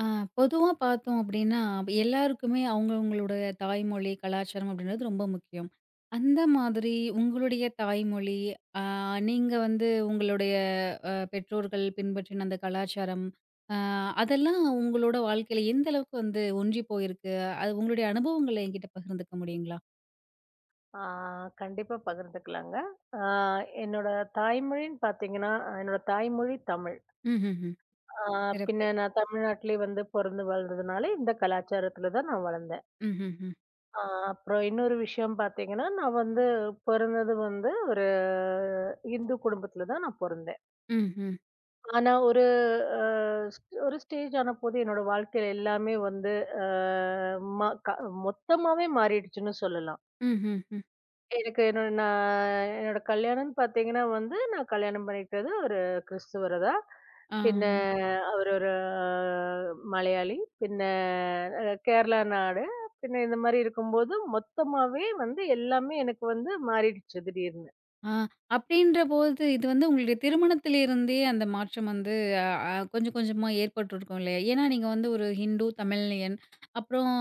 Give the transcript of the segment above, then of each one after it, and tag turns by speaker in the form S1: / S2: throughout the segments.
S1: ஆ பொதுவா பார்த்தோம் அப்படின்னா, எல்லாருக்குமே அவங்கவங்களோட தாய்மொழி, கலாச்சாரம் அப்படின்றது ரொம்ப முக்கியம். அந்த மாதிரி உங்களுடைய தாய்மொழி, அ நீங்க வந்து உங்களுடைய பெற்றோர்கள் பின்பற்றின அந்த கலாச்சாரம், அ அதெல்லாம் உங்களோட வாழ்க்கையில எந்த அளவுக்கு வந்து ஒன்றி போயிருக்கு? அது உங்களுடைய அனுபவங்கள என்கிட்ட பகிர்ந்துக்க முடியுங்களா?
S2: ஆ கண்டிப்பா பகிர்ந்துக்கலாங்க. ஆ என்னோட தாய்மொழின்னு பார்த்தீங்கன்னா, என்னோட தாய்மொழி தமிழ்.
S1: ம்ஹ்ஹ்ம்.
S2: ஆ
S1: சிறப்பு.
S2: பின்ன நான் தமிழ்நாட்டிலே வந்து பொறந்து வளர்ந்ததுனால, இந்த கலாச்சாரத்தில தான் நான் வளர்ந்தேன்.
S1: ம்ஹ்ஹ்ம்.
S2: ஆ அப்புறம் இன்னொரு விஷயம் பார்த்தீங்கன்னா, நான் வந்து பிறந்தது வந்து ஒரு இந்து குடும்பத்தில தான் நான் பொறந்தேன்.
S1: ம்ஹ்ம்.
S2: ஆனா ஒரு அ ஒரு ஸ்டேஜ் ஆனபோது என்னோட வாழ்க்கையில எல்லாமே வந்து அ ம க மொத்தமாவே மாறிடுச்சுன்னு சொல்லலாம்.
S1: ம்ஹ்ஹ்ம்.
S2: எனக்கு என்னோட நான் என்னோட கல்யாணம்ன்னு பார்த்தீங்கன்னா வந்து, நான் கல்யாணம் பண்ணிக்கிட்டது ஒரு கிறிஸ்தவர தான். பின்ன
S1: ஆ.
S2: அவரு ஒரு அஹ், மலையாளி. பின்ன கேரளா நாடு. பின்ன இந்த மாரி இருக்கும்போது, மொத்தமாவே வந்து எல்லாமே எனக்கு வந்து மாறிடுச்சு திடீர்னு.
S1: ஆ அப்படின்றபோது, இது வந்து உங்களுடைய திருமணத்திலிருந்தே அந்த மாற்றம் வந்து அ அ கொஞ்சம் கொஞ்சமா ஏற்பட்டுருக்கும் இல்லையா? ஏன்னா நீங்க வந்து ஒரு ஹிண்டு, தமிழ்லையன், அப்புறம்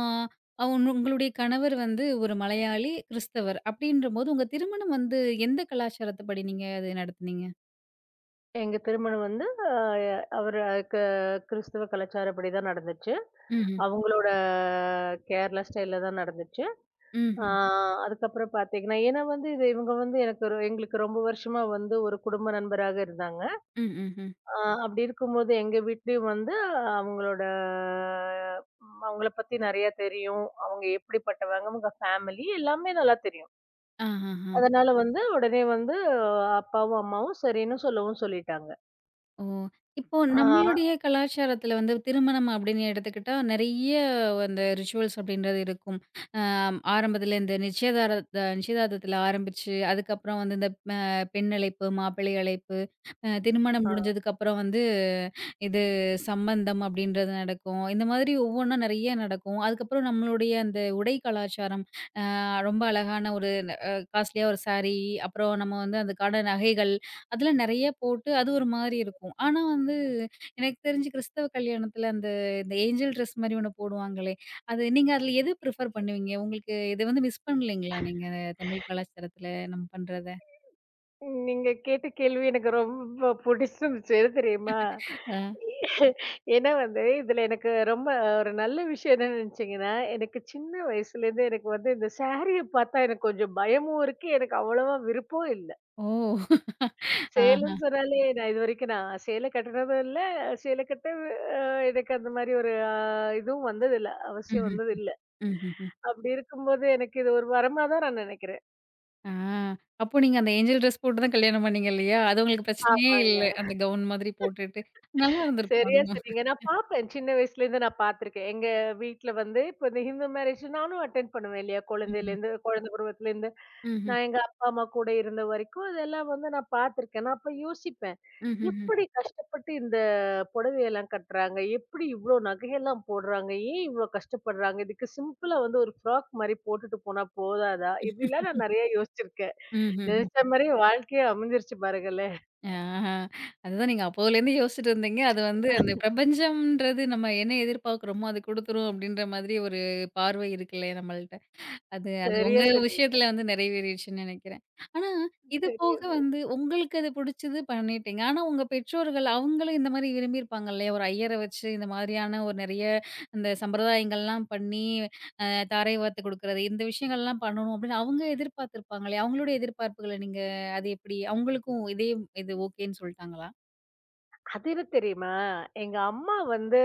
S1: அ உன் உங்களுடைய கணவர் வந்து ஒரு மலையாளி, கிறிஸ்தவர் அப்படின்றபோது, உங்க திருமணம் வந்து எந்த கலாச்சாரத்துப்படி நீங்க அது நடத்துனீங்க?
S2: எங்க திருமணம் வந்து அவரு க கிறிஸ்தவ கலாச்சாரப்படி தான் நடந்துச்சு.
S1: ம்ஹ்ம்.
S2: அவங்களோட கேரளா ஸ்டைல்ல தான் நடந்துச்சு. ஆ
S1: ம்ஹ்ம்.
S2: அதுக்கப்புறம் பார்த்தீங்கன்னா, ஏன்னா வந்து இது இவங்க வந்து எனக்கு ஒரு எங்களுக்கு ரொம்ப வருஷமா வந்து ஒரு குடும்ப நண்பராக இருந்தாங்க.
S1: ம், ம், ம்.
S2: ஆ அப்படி இருக்கும்போது எங்க வீட்லயும் வந்து அவங்களோட அவங்கள பத்தி நெறைய தெரியும். அவங்க எப்படிப்பட்டவங்க, அவங்க ஃபேமிலி எல்லாமே நல்லா தெரியும்.
S1: ஆஹஹ.
S2: அதனால வந்து உடனே வந்து அப்பாவும், அம்மாவும் சரின்னு சொல்லவும் சொல்லிட்டாங்க.
S1: ஓ! இப்போ
S2: ஆ,
S1: நம்மளுடைய கலாச்சாரத்துல வந்து திருமணம் அப்படின்னு எடுத்துக்கிட்டா, நெறைய அந்த ரிச்சுவல்ஸ் அப்படின்றது இருக்கும். அ ஆரம்பத்துல இந்த நிச்சயதார்த்தத்துல ஆரம்பிச்சு, அதுக்கப்புறம் வந்து இந்த அ பெண் அழைப்பு, மாப்பிள்ளை அழைப்பு, திருமணம்
S2: ஆ.
S1: முடிஞ்சதுக்கப்புறம் வந்து இது சம்பந்தம் அப்படின்றது நடக்கும். இந்த மாதிரி ஒவ்வொன்னா நெறைய நடக்கும். அதுக்கப்புறம் நம்மளுடைய அந்த உடை கலாச்சாரம், அ ரொம்ப அழகான ஒரு காஸ்ட்லியா ஒரு சாரி, அப்புறம் நம்ம வந்து அதுக்கான நகைகள், அதெல்லாம் நெறைய போட்டு அது ஒரு மாரி இருக்கும். ஆனா வந்து எனக்கு தெரிஞ்சு கிறிஸ்தவ கல்யாணத்துல இந்த ஏஞ்சல் ட்ரெஸ் மாரி ஒண்ணு போடுவாங்களே, அது நீங்க அதுல எது ப்ரிஃபர் பண்ணுவீங்க? உங்களுக்கு இத வந்து மிஸ் பண்ணலீங்களா நீங்க தமிழ் கலாச்சாரத்துல நம்ம பண்றத?
S2: நீங்க கேட்ட கேள்வி எனக்கு ரொம்ப புடிச்சிருந்துச்சு. எது தெரியுமா?
S1: அ.
S2: ஏன்னா வந்து, இதுல எனக்கு ரொம்ப ஒரு நல்ல விஷயம் என்னன்னு நினைச்சீங்கன்னா, எனக்கு சின்ன வயசுலேருந்து எனக்கு வந்து இந்த சாரிய பார்த்தா எனக்கு கொஞ்சம் பயமும் இருக்கு. எனக்கு அவ்வளவா விருப்பம் இல்ல.
S1: ஓ! ஆஹா.
S2: சேலன்னு சொன்னாலே நான் இதுவரைக்கும் நான் சேலை கட்டுனதும் இல்ல. சேலை கட்ட அ எனக்கு அந்த மாரி ஒரு இதுவும் வந்ததில்ல. அவசியம்
S1: ம்ஹ்ம்.
S2: வந்ததில்ல.
S1: ம்ஹ்ம்.
S2: அப்படி இருக்கும்போது எனக்கு இது ஒரு வரமா தான் நான் நினைக்கிறேன்.
S1: ஆ. அப்போ நீங்க அந்த ஏஞ்சல் ட்ரெஸ் போட்டு தான் கல்யாணம் பண்ணீங்க இல்லையா? அது உங்களுக்கு பிரச்சனையே இல்ல.
S2: ஆமாங்க.
S1: அந்த கவுன் மாதிரி போட்டுட்டு. நல்லா இருந்திருக்கும்
S2: சரியா
S1: அதுவும்.
S2: சொன்னீங்க. நான் பார்ப்பேன். சின்ன வயசுலேருந்து நான் பார்த்துருக்கேன். எங்க வீட்ல வந்து இப்ப இந்த ஹிந்து மேரேஜ் நானும் அட்டெண்ட் பண்ணுவேன் இல்லையா?
S1: ம்ஹ்ம்.
S2: குழந்தையிலேருந்து குழந்தை பருவத்திலேருந்து
S1: ம்ஹ்ம்.
S2: நான் எங்க அப்பா, அம்மா கூட இருந்த வரைக்கும் இதெல்லாம் வந்து நான் பார்த்துருக்கேன். நான் அப்ப யோசிப்பேன்.
S1: ம்ஹ்ம்.
S2: எப்படி கஷ்டப்பட்டு இந்த புடவையெல்லாம் கட்டுறாங்க? எப்படி இவ்ளோ நகையெல்லாம் போடுறாங்க? ஏன் இவ்ளோ கஷ்டப்படுறாங்க? இதுக்கு சிம்பிளா வந்து ஒரு ஃப்ராக் மாரி போட்டுட்டு போனா போதாதா? இப்படிலாம் நான் நெறைய யோசிச்சிருக்கேன்.
S1: ம்ஹ்ம்.
S2: நெனச்ச மாரியே வாழ்க்கையே அமைஞ்சிருச்சு பாருங்களேன்.
S1: ஆஹா. அதுதான் நீங்க அப்போலேருந்து யோசிச்சுட்டு இருந்தீங்க. அது வந்து அந்த பிரபஞ்சம்ன்றது நம்ம என்ன எதிர்பார்க்குறோமோ, அது குடுத்துரும் அப்டின்ற மாதிரி ஒரு பார்வை இருக்குல்ல நம்மள்ட்ட. அது அது உங்க
S2: சரியா சொன்னீங்க.
S1: விஷயத்துல வந்து நிறைவேறிடுச்சுன்னு நெனைக்கிறேன். ஆனா, இது போக
S2: சரியா
S1: வந்து உங்களுக்கு அது புடிச்சது பண்ணிட்டீங்க. ஆனா, உங்க பெற்றோர்கள் அவங்களும் இந்த மாரி விரும்பியிருப்பாங்க இல்லையா? ஒரு ஐயர வச்சு இந்த மாதிரியான ஒரு நெறைய அந்த சம்பிரதாயங்கள்லாம் பண்ணி, அ தாரை வார்த்து குடுக்குறது, இந்த விஷயங்கள்லாம் பண்ணணும் அப்படின்னு அவங்க எதிர்பார்த்திருப்பாங்க இல்லையா? அவங்களுடைய எதிர்பார்ப்புகள நீங்க அது எப்படி அவங்களுக்கும் இதே இது ஓகேன்னு சொல்ட்டாங்களா?
S2: அது என்ன தெரியுமா? எங்க அம்மா வந்து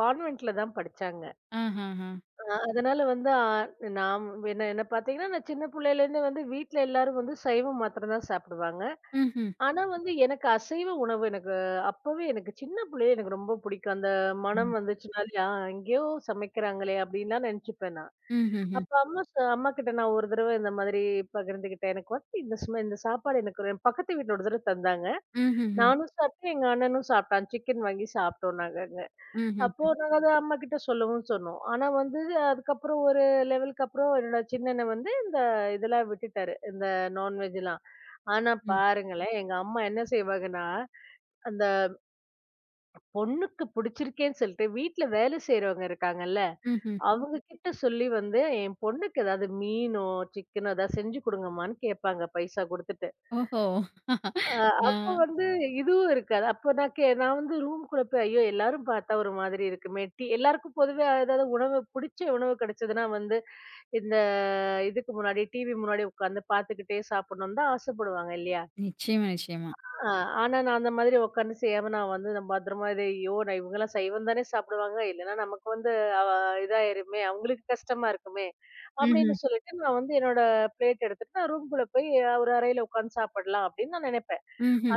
S2: கான்வென்ட்ல தான் படிச்சாங்க.
S1: ஆஹஹா.
S2: அதனால வந்து நான் என்ன என்ன பார்த்தீங்கன்னா, நான் சின்ன புள்ளையிலேருந்து வந்து வீட்ல எல்லாரும் வந்து சைவம் மாத்திரம் தான் சாப்பிடுவாங்க.
S1: ம்ஹ்ம்.
S2: ஆனா வந்து எனக்கு அசைவ உணவு எனக்கு அப்பவே எனக்கு சின்ன புள்ளையில எனக்கு ரொம்ப பிடிக்கும். அந்த
S1: ம்.
S2: மனம் வந்துச்சுனாலே, "ஆ எங்கேயோ சமைக்கிறாங்களே!" அப்படின்லாம் நெனச்சுப்பேன் நான்.
S1: ம்ஹ்ஹ்ம்.
S2: அப்ப அம்மா அம்மாகிட்ட நான் ஒரு தடவ இந்த மாதிரி பகிர்ந்துக்கிட்டேன். எனக்கு வந்து இந்த இந்த சாப்பாடு எனக்கு ஒரு- என் பக்கத்து வீட்ல ஒரு தடவ தந்தாங்க.
S1: ம்ஹ்ஹ்ம்.
S2: நானும் சாப்பிட்டேன், எங்க அண்ணனும் சாப்பிட்டான். சிக்கன் வாங்கி சாப்பிட்டோம் நாங்க.
S1: ம்ஹ்ஹ்ம்.
S2: அப்போ நாங்க அத அம்மாகிட்ட சொல்லவும் சொன்னோம். ஆனா வந்து அதுக்கப்புறம் ஒரு லெவலுக்கு அப்புறம் என்னோட சின்ன அண்ணன் வந்து இந்த இதெல்லாம் விட்டுட்டாரு. இந்த நான்வெஜ்லாம். ஆனா
S1: ம்.
S2: பாருங்களேன், எங்க அம்மா என்ன செய்வாங்கன்னா, அந்த பொண்ணுக்கு பிடிச்சிருக்கேன்னு சொல்லிட்டு வீட்ல வேலை செய்றவங்க இருக்காங்கல்ல,
S1: ம்ஹ்ம்.
S2: அவங்க கிட்ட சொல்லி வந்து என் பொண்ணுக்கு ஏதாவது மீனோ, சிக்கனோ ஏதாவது செஞ்சு குடுங்கம்மான்னு கேட்பாங்க பைசா குடுத்துட்டு.
S1: ஓஹோ!
S2: அ
S1: ஆ.
S2: அப்ப வந்து இதுவும் இருக்காது. அப்ப நான் நான் வந்து ரூம்குள்ள போய், ஐயோ! எல்லாரும் பார்த்தா ஒரு மாதிரி இருக்குமே, எல்லாருக்கும் பொதுவே ஏதாவது உணவு புடிச்ச உணவு கிடைச்சதுன்னா வந்து, இந்த இதுக்கு முன்னாடி டிவி முன்னாடி உட்காந்து பார்த்துக்கிட்டே சாப்பிடணும்னு தான் ஆசைப்படுவாங்க இல்லையா?
S1: நிச்சயமா, நிச்சயமா.
S2: அ ஆனா நான் அந்த மாதிரி உட்காந்து செய்யாம நான் வந்து நான் பத்திரமா இது ஐயோ! நான் இவங்கலாம் சைவம் தானே சாப்பிடுவாங்க. இல்லைன்னா நமக்கு வந்து அவ இதாயிருமே, அவங்களுக்கு கஷ்டமா இருக்குமே,
S1: ம்ஹ்ம்.
S2: அப்படின்னு சொல்லிட்டு நான் வந்து என்னோட பிளேட் எடுத்துட்டு நான் ரூம்குள்ள போய் ஒரு அறையில உட்காந்து சாப்பிடலாம் அப்படின்னு நான் நினைப்பேன்.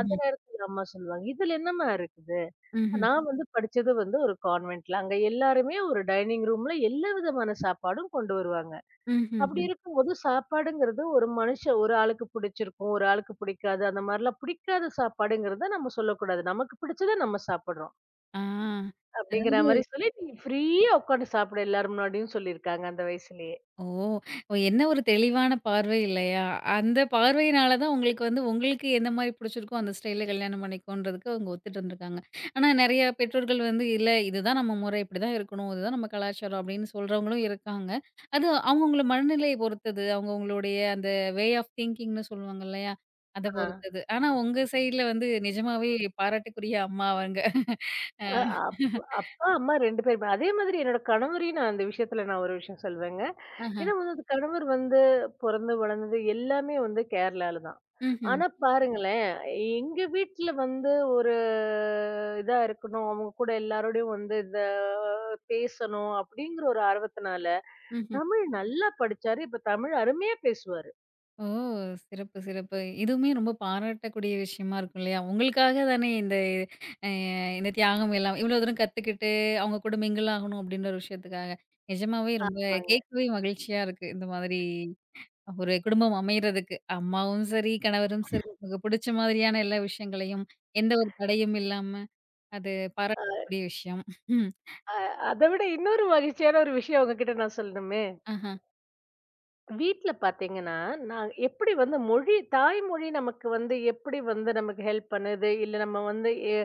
S2: அந்த நேரத்துல அம்மா சொல்லுவாங்க. இதுல என்னம்மா இருக்குது?
S1: ம்ஹ்ம்.
S2: நான் வந்து படிச்சது வந்து ஒரு கான்வென்ட்ல. அங்க எல்லாருமே ஒரு டைனிங் ரூம்ல எல்லா விதமான சாப்பாடும் கொண்டு வருவாங்க. அப்படி
S1: ம்ஹ்ஹ்ம்.
S2: இருக்கும்போது சாப்பாடுங்கிறது ஒரு மனுஷன் ஒரு ஆளுக்கு பிடிச்சிருக்கும், ஒரு ஆளுக்கு பிடிக்காது. அந்த மாரிலாம் பிடிக்காத சாப்பாடுங்கிறத நம்ம சொல்லக்கூடாது. நமக்கு பிடிச்சத நம்ம சாப்பிடுறோம்.
S1: ஆ.
S2: அப்படிங்கிற
S1: அதாவது
S2: மாரி சொல்லி நீங்க ஃப்ரீயா உட்கார்ந்து சாப்பிடு எல்லார் முன்னாடியும் சொல்லியிருக்காங்க அந்த வயசுலயே.
S1: ஓ! ஓ என்ன ஒரு தெளிவான பார்வை இல்லையா? அந்த பார்வையினால தான் உங்களுக்கு வந்து உங்களுக்கு எந்த மாரி பிடிச்சிருக்கோ, அந்த ஸ்டைல்ல கல்யாணம் பண்ணிக்கோன்றதுக்கு அவங்க ஒத்துட்டு இருந்திருக்காங்க. ஆனா நெறைய பெற்றோர்கள் வந்து இல்ல இதுதான் நம்ம முறை, இப்படிதான் இருக்கணும். இதுதான் நம்ம கலாச்சாரம் அப்படின்னு சொல்றவங்களும் இருக்காங்க. அது அவங்கவங்கள மனநிலையை பொறுத்தது. அவங்கவங்களுடைய அந்த வே ஆஃப் திங்கிங்ன்னு சொல்லுவாங்க இல்லையா? அத
S2: ஆ.
S1: பொறுத்தது. ஆனா உங்க சைடுல வந்து நிஜமாவே பாராட்டுக்குரிய அம்மா அவங்க.
S2: அ அப் அப்பா, அம்மா 2 பேருமே. அதே மாதிரி என்னோட கணவரையும் நான் அந்த விஷயத்துல நான் ஒரு விஷயம் சொல்வேங்க.
S1: ஆஹா.
S2: ஏன்னா வந்து அது கணவர் வந்து பொறந்து வளர்ந்தது எல்லாமே வந்து கேரளால தான்.
S1: ம்ஹ்ம்.
S2: ஆனா பாருங்களேன், எங்க வீட்ல வந்து ஒரு இதா இருக்கணும், அவங்க கூட எல்லாரோடையும் வந்து இத பேசணும் அப்படிங்கிற ஒரு ஆர்வத்தினால,
S1: ம்ஹ்ம்.
S2: தமிழ் நல்லா படிச்சாரு. இப்ப தமிழ் அருமையா பேசுவாரு.
S1: ஓ! சிறப்பு, சிறப்பு. இதுவுமே ரொம்ப பாராட்டக்கூடிய விஷயமா இருக்கும் இல்லையா? உங்களுக்காக தானே அ இந்த தியாகம் எல்லாம் இவ்வளோ தூரம் கத்துக்கிட்டு, அவங்க கூட மிங்கிள் ஆகணும் அப்படின்ற ஒரு விஷயத்துக்காக. நிஜமாவே ரொம்ப
S2: ஆமாங்க.
S1: கேட்கவே மகிழ்ச்சியா இருக்கு. இந்த மாதிரி ஒரு குடும்பம் அமையறதுக்கு. அம்மாவும் சரி, கணவரும் சரி, உங்களுக்கு புடிச்ச மாதிரியான எல்லா விஷயங்களையும், எந்த ஒரு தடையும் இல்லாம, அது
S2: அ
S1: பாராட்டக்கூடிய விஷயம். ம்.
S2: அத விட இன்னொரு மகிழ்ச்சியான ஒரு விஷயம் உங்ககிட்ட நான் சொல்லணுமே!
S1: ஆஹா.
S2: வீட்ல பார்த்தீங்கன்னா, நான் எப்படி வந்து மொழி தாய்மொழி நமக்கு வந்து எப்படி வந்து நமக்கு ஹெல்ப் பண்ணுது? இல்ல நம்ம வந்து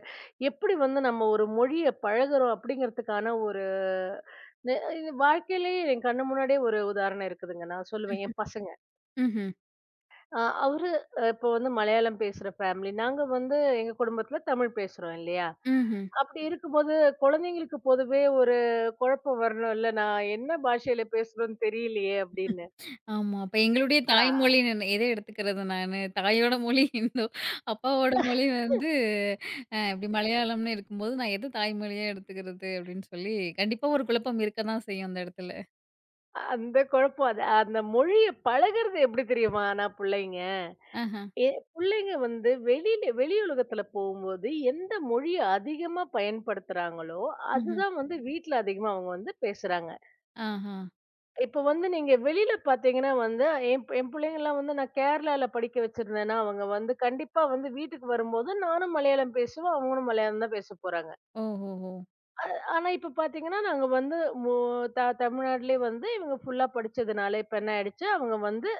S2: எப்படி வந்து நம்ம ஒரு மொழிய பழகுறோம் அப்படிங்கிறதுக்கான ஒரு நெ இது வாழ்க்கையிலேயே என் கண்ணு முன்னாடியே ஒரு உதாரணம் இருக்குதுங்க. நான் சொல்லுவேன்
S1: ம்ஹ்ம்.
S2: என் பசங்க.
S1: ம்ஹ்ம்.
S2: அ அவரு இப்போ வந்து மலையாளம் பேசுற ஃபேமிலி. நாங்க வந்து எங்க குடும்பத்தில தமிழ் பேசுறோம் இல்லையா?
S1: ம்ஹ்ம்.
S2: அப்படி இருக்கும்போது குழந்தைங்களுக்கு பொதுவே ஒரு குழப்பம் வரணும்ல. நான் என்ன பாஷையில பேசுறோம்னு தெரியலையே அப்படின்னு.
S1: ஆமா. அப்ப எங்களுடைய
S2: ஆ.
S1: தாய்மொழி நான் எத எடுத்துக்கிறது நானு? தாயோட மொழி ஹிந்து. அப்பாவோட மொழி வந்து இப்டி மலையாளம்னு இருக்கும்போது, நான் எது தாய்மொழியா எடுத்துக்கிறது? அப்டின்னு சொல்லி கண்டிப்பா ஒரு குழப்பம் இருக்க தான் செய்யும் அந்த இடத்துல.
S2: அந்த குழப்பம் அது. அந்த மொழிய பழகுறது எப்படி தெரியுமா? ஆனா புள்ளைங்க.
S1: ஆஹா.
S2: எ புள்ளைங்க வந்து வெளியில வெளி உலகத்துல போகும்போது எந்த மொழிய அதிகமா பயன்படுத்துறாங்களோ,
S1: ம்ஹ்ம்.
S2: அதுதான் வந்து வீட்ல அதிகமா அவங்க வந்து பேசுறாங்க.
S1: ஆஹா.
S2: இப்ப வந்து நீங்க வெளியில பார்த்தீங்கன்னா வந்து, என் பிள்ளைங்கலாம் வந்து நான் கேரளால படிக்க வச்சிருந்தேன்னா, அவங்க வந்து கண்டிப்பா வந்து வீட்டுக்கு வரும்போது நானும் மலையாளம் பேசுவேன், அவங்களும் மலையாளம் தான் பேச போறாங்க.
S1: ஓஹோஹோ!
S2: ஆனா இப்ப பாத்தீங்கன்னா, நாங்க வந்து மு த தமிழ்நாட்டிலே வந்து இவங்க ஃபுல்லா படிச்சதுனால, இப்ப என்ன ஆயிடுச்சு, அவங்க வந்து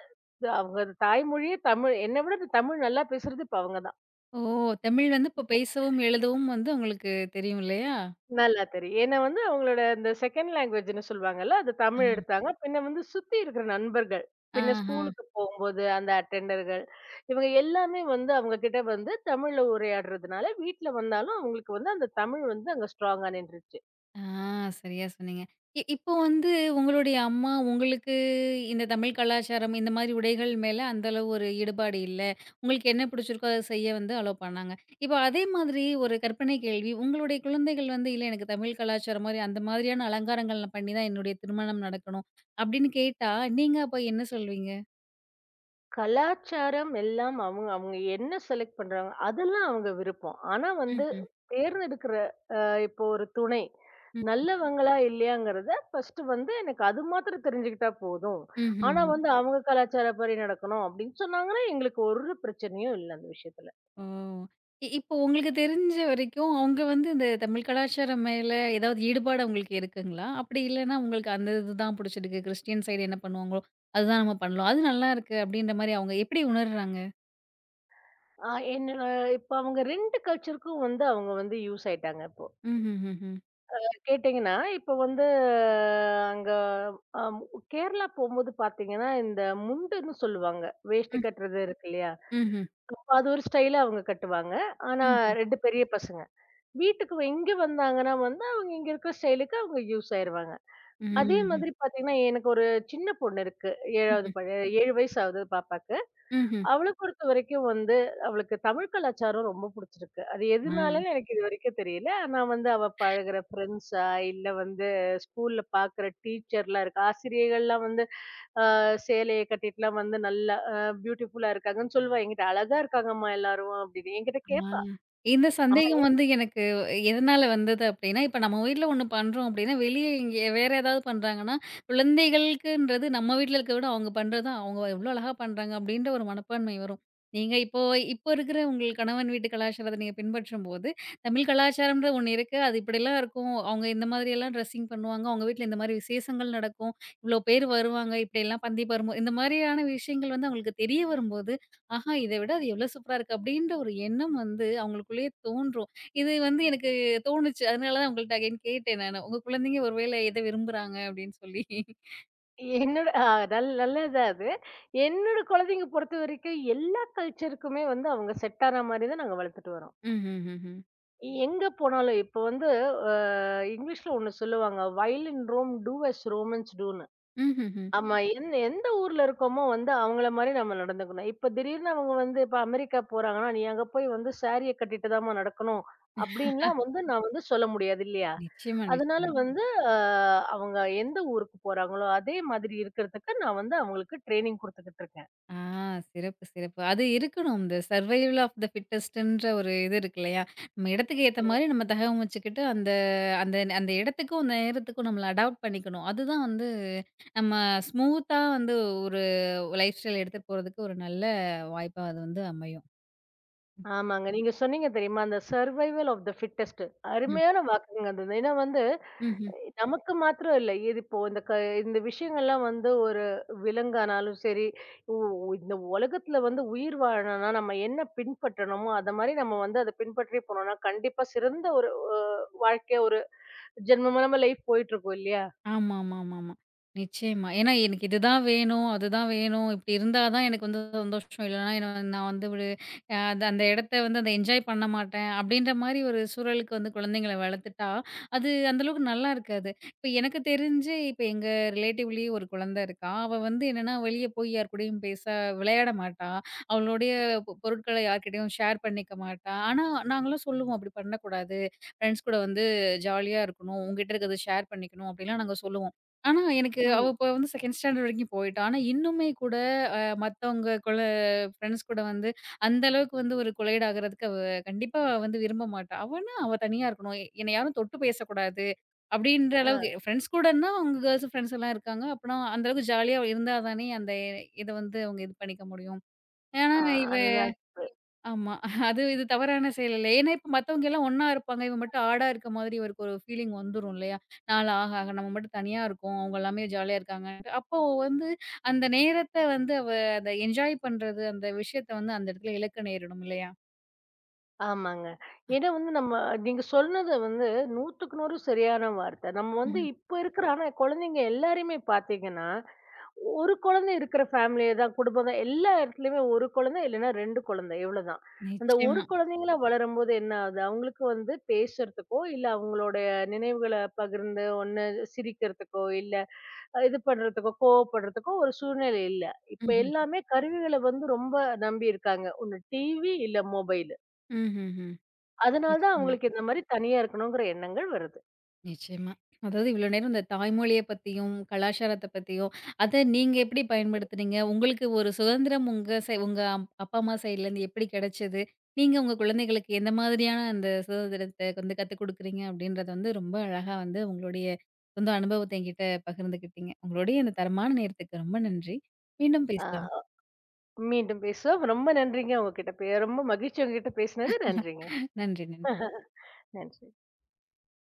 S2: அவங்க தாய்மொழியே தமிழ். என்ன விட இந்த தமிழ் நல்லா பேசுறது இப்ப அவங்க தான்.
S1: ஓ! ஓ தமிழ் வந்து இப்ப பேசவும், எழுதவும் வந்து உங்களுக்கு தெரியும் இல்லையா?
S2: நல்லா தெரியும். ஏன்னா வந்து அவங்களோட இந்த செகண்ட் லாங்குவேஜ்ன்னு சொல்லுவாங்கல்ல, அது தமிழ்
S1: ஆஹா.
S2: எடுத்தாங்க. பின்ன வந்து சுத்தி இருக்கிற நண்பர்கள், பின்ன
S1: ஆஹா.
S2: ஸ்கூலுக்கு போகும்போது அந்த அட்டெண்டர்கள், இவங்க எல்லாமே வந்து அவங்க கிட்ட வந்து தமிழ்ல உரையாடுறதுனால, வீட்ல வந்தாலும் அவங்களுக்கு வந்து அந்த தமிழ் வந்து அங்க ஸ்ட்ராங்கா நின்றுச்சு.
S1: ஆ சரியா சொன்னீங்க. இப்போ வந்து உங்களுடைய அம்மா உங்களுக்கு இந்த தமிழ் கலாச்சாரம், இந்த மாரி உடைகள் மேல அந்த அளவு ஒரு ஈடுபாடு இல்ல. உங்களுக்கு என்ன பிடிச்சிருக்கோ அத செய்ய வந்து அலோ பண்ணாங்க. இப்போ அதே மாதிரி ஒரு கற்பனை கேள்வி. உங்களுடைய குழந்தைகள் வந்து இல்ல எனக்கு தமிழ் கலாச்சாரம் மாரி அந்த மாதிரியான அலங்காரங்கள் நான் பண்ணி தான் என்னுடைய திருமணம் நடக்கணும். அப்படின்னு கேட்டா நீங்க அப்ப என்ன சொல்வீங்க?
S2: கலாச்சாரம் எல்லாம் அவங்க அவங்க என்ன செலக்ட் பண்றாங்க, அதெல்லாம் அவங்க விருப்பம். ஆனா வந்து
S1: ம்ஹ்ம்.
S2: தேர்ந்தெடுக்கிற இப்போ ஒரு துணை,
S1: ம்.
S2: நல்லவங்களா இல்லையாங்கிறத ஃபர்ஸ்ட் வந்து எனக்கு அது மாத்திரம் தெரிஞ்சுக்கிட்டா போதும். ஆனா
S1: ம்ஹ்ம்.
S2: வந்து ம். அவங்க கலாச்சாரப்படி நடக்கணும் அப்படின்னு சொன்னாங்கன்னா, எங்களுக்கு ஒரு பிரச்சனையும் இல்ல அந்த விஷயத்துல.
S1: ஓ! இப்போ உங்களுக்கு தெரிஞ்ச வரைக்கும், அவங்க வந்து இந்த தமிழ் கலாச்சாரம் மேல ஏதாவது ஈடுபாடு அவங்களுக்கு இருக்குங்களா? அப்படி இல்லன்னா உங்களுக்கு அந்த இதுதான் புடிச்சிருக்கு. கிறிஸ்டியன் சைடு என்ன பண்ணுவாங்களோ, அதுதான் நம்ம பண்ணலாம். அது நல்லாருக்கு அப்படின்ற மாரி அவங்க எப்படி உணர்றாங்க?
S2: அ என்னோட இப்ப அவங்க 2 கல்ச்சருக்கும் வந்து அவங்க வந்து யூஸ் ஆயிட்டாங்க இப்போ.
S1: ம்ஹ்ஹ்ஹ்ம்.
S2: கேட்டீங்கன்னா, இப்ப வந்து அங்க அம் கேரளா போம்போது பார்த்தீங்கன்னா, இந்த முண்டுன்னு சொல்லுவாங்க. வேஷ்டி
S1: ம்.
S2: கட்டுறது இருக்கு இல்லையா?
S1: ம்ஹ்ம்.
S2: அது ஒரு ஸ்டைலா அவங்க கட்டுவாங்க. ஆனா
S1: ம்ஹ்ம்.
S2: 2 பெரிய பசங்க. வீட்டுக்கு வ இங்க வந்தாங்கன்னா வந்து, அவங்க இங்க இருக்கிற ஸ்டைலுக்கு அவங்க யூஸ் ஆயிருவாங்க. அதே
S1: ம்ஹ்ம்.
S2: மாதிரி பார்த்தீங்கன்னா, எனக்கு ஒரு சின்ன பொண்ணு இருக்கு. 7வது
S1: ம்ஹ்ம்.
S2: படி 7 வயசு ஆகுது பாப்பாக்கு.
S1: ம்ஹ்ம்.
S2: அவள பொறுத்தவரைக்கும் வந்து, அவளுக்கு தமிழ் கலாச்சாரம் ரொம்ப புடிச்சிருக்கு. அது
S1: ஆ.
S2: எதுனாலன்னு எனக்கு இதுவரைக்கும் தெரியல. ஆனா வந்து அவ பழகுற ஃப்ரெண்ட்ஸா, இல்ல வந்து ஸ்கூல்ல பாக்குற டீச்சர்லாம் இருக்கு. ஆசிரியர்கள்லாம் வந்து அ சேலைய கட்டிட்டுலாம் வந்து நல்லா பியூட்டிஃபுல்லா இருக்காங்கன்னு சொல்லுவா. என்கிட்ட அழகா இருக்காங்கம்மா எல்லாரும் அப்படின்னு. என்கிட்ட
S1: ஆ.
S2: கேட்பா.
S1: இந்த
S2: அம்மா
S1: சந்தேகம் வந்து எனக்கு எதனால வந்தது அப்டின்னா, இப்ப நம்ம வீட்ல ஒண்ணு பண்றோம் அப்டின்னா, வெளிய இங்கே வேற ஏதாவது பண்றாங்கன்னா, குழந்தைகளுக்குன்றது நம்ம வீட்ல இருக்கிறத விட அவங்க பண்றது தான் அவங்க எவ்ளோ அழகா பண்றாங்க அப்டின்ற ஒரு மனப்பான்மை வரும். நீங்க இப்போ இப்போ இருக்கிற உங்கள் கணவன் வீட்டு கலாச்சாரத்த நீங்க பின்பற்றும்போது, தமிழ் கலாச்சாரம்ன்ற ஒண்ணு இருக்கு. அது இப்படிலாம் இருக்கும். அவங்க இந்த மாதிரியெல்லாம் ட்ரெஸ்ஸிங் பண்ணுவாங்க. அவங்க வீட்ல இந்த மாரி விசேஷங்கள் நடக்கும். இவ்ளோ பேர் வருவாங்க. இப்படியெல்லாம் பந்தி பருமோ இந்த மாரியான விஷயங்கள் வந்து அவங்களுக்கு தெரிய வரும்போது, ஆஹா! இத விட அது எவ்ளோ சூப்பரா இருக்கு அப்டின்ற ஒரு எண்ணம் வந்து அவங்களுக்குள்ளேயே தோன்றும். இது வந்து எனக்கு தோணுச்சு. அதனால தான் உங்கள்ட்ட அகைன் கேட்டேன் நானு. உங்க குழந்தைங்க ஒரு வேளை எத விரும்புறாங்க அப்டின்னு சொல்லி.
S2: என்னோட அ நல்ல நல்ல இதா அது. என்னோட குழந்தைங்க பொறுத்தவரைக்கும் எல்லா கல்ச்சருக்குமே வந்து அவங்க செட் ஆன மாரி தான் நாங்க வளர்த்துட்டு வரோம்.
S1: ம்ஹ்ஹ்ஹ்ம்.
S2: எங்க போனாலும் இப்ப வந்து அ இங்கிலீஷ்ல ஒண்ணு சொல்லுவாங்க. "While in Rome do as Romans டூன்னு."
S1: ம்ஹ்ஹ்ம்.
S2: ஆமா. ம். எந்த எந்த ஊர்ல இருக்கோமோ வந்து அவங்கள மாரி நம்ம நடந்துக்கணும். இப்ப திடீர்னு அவங்க வந்து இப்ப அமெரிக்கா போறாங்கன்னா, "நீ அங்க போய் வந்து சாரிய கட்டிட்டு தாம்மா நடக்கணும்." அப்படின்லாம் வந்து நான் வந்து சொல்ல முடியாது இல்லையா?
S1: நிச்சயமா,
S2: அதனால
S1: நிச்சயமா.
S2: ம். வந்து அ அவங்க எந்த ஊருக்கு போறாங்களோ, அதே மாதிரி இருக்கிறதுக்கு நான் வந்து அவங்களுக்கு ட்ரெய்னிங் குடுத்துக்கிட்டு இருக்கேன்.
S1: ஆ சிறப்பு, சிறப்பு. அது இருக்கணும். இந்த சர்வைவல் ஆஃப் த ஃபிட்டெஸ்ட்ன்ற ஒரு இது இருக்கு இல்லையா? நம்ம இடத்துக்கு ஏத்த மாரி நம்ம தகவமைச்சுக்கிட்டு, அந்த அந்த அந்த இடத்துக்கும், அந்த நேரத்துக்கும் நம்மள அடாப்ட் பண்ணிக்கணும். அதுதான் வந்து நம்ம ஸ்மூத்தா வந்து ஒரு லைஃப் ஸ்டைல் எடுத்துட்டு போறதுக்கு ஒரு நல்ல வாய்ப்பா அது வந்து அமையும்.
S2: ஆமாங்க. நீங்க சொன்னீங்க தெரியுமா? அந்த சர்வைவல் ஆஃப் தி ஃபிட்டெஸ்ட்.
S1: ம்ஹ்ம்.
S2: அருமையான வாக்குங்க அது. ஏன்னா வந்து
S1: ம்ஹ்ம்.
S2: நமக்கு மாத்திரம் இல்ல. இது இப்போ இந்த விஷயங்கள்லாம் வந்து ஒரு விலங்கானாலும் சரி, உ இந்த உலகத்துல வந்து உயிர் வாழணும்னா நம்ம என்ன பின்பற்றணுமோ, அத மாரி நம்ம வந்து அத பின்பற்றி போனோம்னா, கண்டிப்பா சிறந்த ஒரு அ வாழ்க்கையா ஒரு ஜென்மமா நம்ம லைஃப் போயிட்டுருக்கும் இல்லையா?
S1: ஆமாமாமாமா. நிச்சயமா. ஏன்னா எனக்கு இதுதான் வேணும், அதுதான் வேணும். இப்படி இருந்தா தான் எனக்கு வந்து சந்தோஷம். இல்லன்னா என்ன நான் வந்து ஒரு அது அந்த இடத்த வந்து அத என்ஜாய் பண்ண மாட்டேன். அப்படின்ற மாரி ஒரு சூழலுக்கு வந்து குழந்தைங்கள வளர்த்துட்டா, அது அந்த அளவுக்கு நல்லா இருக்காது. இப்ப எனக்கு தெரிஞ்சு இப்ப எங்க ரிலேட்டிவ்லயே ஒரு குழந்தை இருக்கா. அவ வந்து என்னன்னா வெளிய போய் யார் கூடயும் பேச விளையாட மாட்டா. அவளுடைய பொருட்கள யார்கிட்டயும் ஷேர் பண்ணிக்க மாட்டா. ஆனா நாங்கலாம் சொல்லுவோம், "அப்படி பண்ணக்கூடாது. ஃப்ரெண்ட்ஸ் கூட வந்து ஜாலியா இருக்கணும். உன்கிட்ட இருக்கிறத ஷேர் பண்ணிக்கணும் அப்டிலாம் நாங்க சொல்லுவோம். ஆனா, எனக்கு அவ
S2: ம்.
S1: இப்ப வந்து 2ண்ட் ஸ்டாண்டர்ட் வரைக்கும் போயிட்டா. ஆனா, இன்னுமே கூட மத்தவங்க ஃப்ரெண்ட்ஸ் கூட வந்து அந்த அளவுக்கு வந்து ஒரு கொலைட் ஆகுறதுக்கு அவ கண்டிப்பா வந்து விரும்ப மாட்டா. அவனா அவ தனியா இருக்கணும். என்னை யாரும் தொட்டு பேசக்கூடாது அப்டின்ற அளவுக்கு
S2: அ
S1: ஃப்ரெண்ட்ஸ் கூடன்னா அவங்க கேர்ள்ஸ் ஃப்ரெண்ட்ஸ் எல்லாம் இருக்காங்க. அப்பனா அந்த அளவுக்கு ஜாலியா இருந்தா தானே அந்த இத வந்து அவங்க இது பண்ணிக்க முடியும். ஏன்னா
S2: ஆ
S1: இவ
S2: அதுதான் இப்ப
S1: ஆமா. அது இது தவறான செயல் இல்ல. ஏன்னா இப்ப மத்தவங்க எல்லாம் ஒண்ணா இருப்பாங்க. இவ மட்டும் ஆடா இருக்க மாதிரி இவருக்கு ஒரு ஃபீலிங் வந்துரும் இல்லையா? நாள் ஆக ஆக நம்ம மட்டும் தனியா இருக்கோம். அவங்க எல்லாமே ஜாலியா இருக்காங்கன்ட்டு. அப்போ வந்து அந்த நேரத்த வந்து அவ அத என்ஜாய் பண்றது, அந்த விஷயத்த வந்து அந்த இடத்துல இழக்க நேரிடும் இல்லையா?
S2: ஆமாங்க. ஏன்னா வந்து நம்ம நீங்க சொன்னது வந்து 100க்கு 100 சரியான வார்த்தை. நம்ம வந்து
S1: ம்ஹ்ம்.
S2: இப்ப இருக்கிற ஆனா குழந்தைங்க எல்லாரையுமே பார்த்தீங்கன்னா, ஒரு குழந்தை இருக்கிற ஃபேமிலிய தான், குடும்பம் தான். எல்லா இடத்துலயுமே ஒரு குழந்தை இல்லன்னா 2 குழந்தை இவ்வளோதான். அந்த ஒரு
S1: நிச்சயமா.
S2: குழந்தைங்களா வளரும்போது என்ன ஆகுது? அவங்களுக்கு வந்து பேசுறதுக்கோ, இல்ல அவங்களுடைய நினைவுகள பகிர்ந்து ஒண்ணு சிரிக்கிறதுக்கோ, இல்ல இது பண்றதுக்கோ, கோவப்படுறதுக்கோ ஒரு சூழ்நிலை இல்ல. இப்ப
S1: ம்ஹ்ம்.
S2: எல்லாமே கருவிகள வந்து ரொம்ப நம்பி இருக்காங்க. ஒண்ணு டிவி, இல்ல மொபைலு.
S1: ம்ஹ்ஹ்ம்.
S2: அதனால தான்
S1: நிச்சயமா.
S2: அவங்களுக்கு இந்த மாரி தனியா இருக்கணுங்கிற எண்ணங்கள் வருது.
S1: நிச்சயமா. அதாவது இவ்வளோ நேரம் இந்த தாய்மொழிய பத்தியும், கலாச்சாரத்த பத்தியும், அத நீங்க எப்படி பயன்படுத்துனீங்க? உங்களுக்கு ஒரு சுதந்திரம் உங்க அப்பா, அம்மா சைட்லேருந்து எப்படி கிடைச்சது? நீங்க உங்க குழந்தைகளுக்கு எந்த மாதிரியான அந்த சுதந்திரத்த வந்து கத்துக் குடுக்குறீங்க? அப்படின்றத வந்து ரொம்ப அழகா வந்து உங்களுடைய சொந்த அனுபவத்த என்கிட்ட பகிர்ந்துக்கிட்டீங்க. உங்களுடைய இந்த தரமான நேரத்துக்கு ரொம்ப நன்றி. மீண்டும் பேசலாம்.
S2: ஆ மீண்டும் பேசுவோம். ரொம்ப நன்றிங்க உங்ககிட்ட ரொம்ப மகிழ்ச்சி உங்ககிட்ட பேசினது. நன்றிங்க.
S1: நன்றி நன்றி.
S2: நன்றி.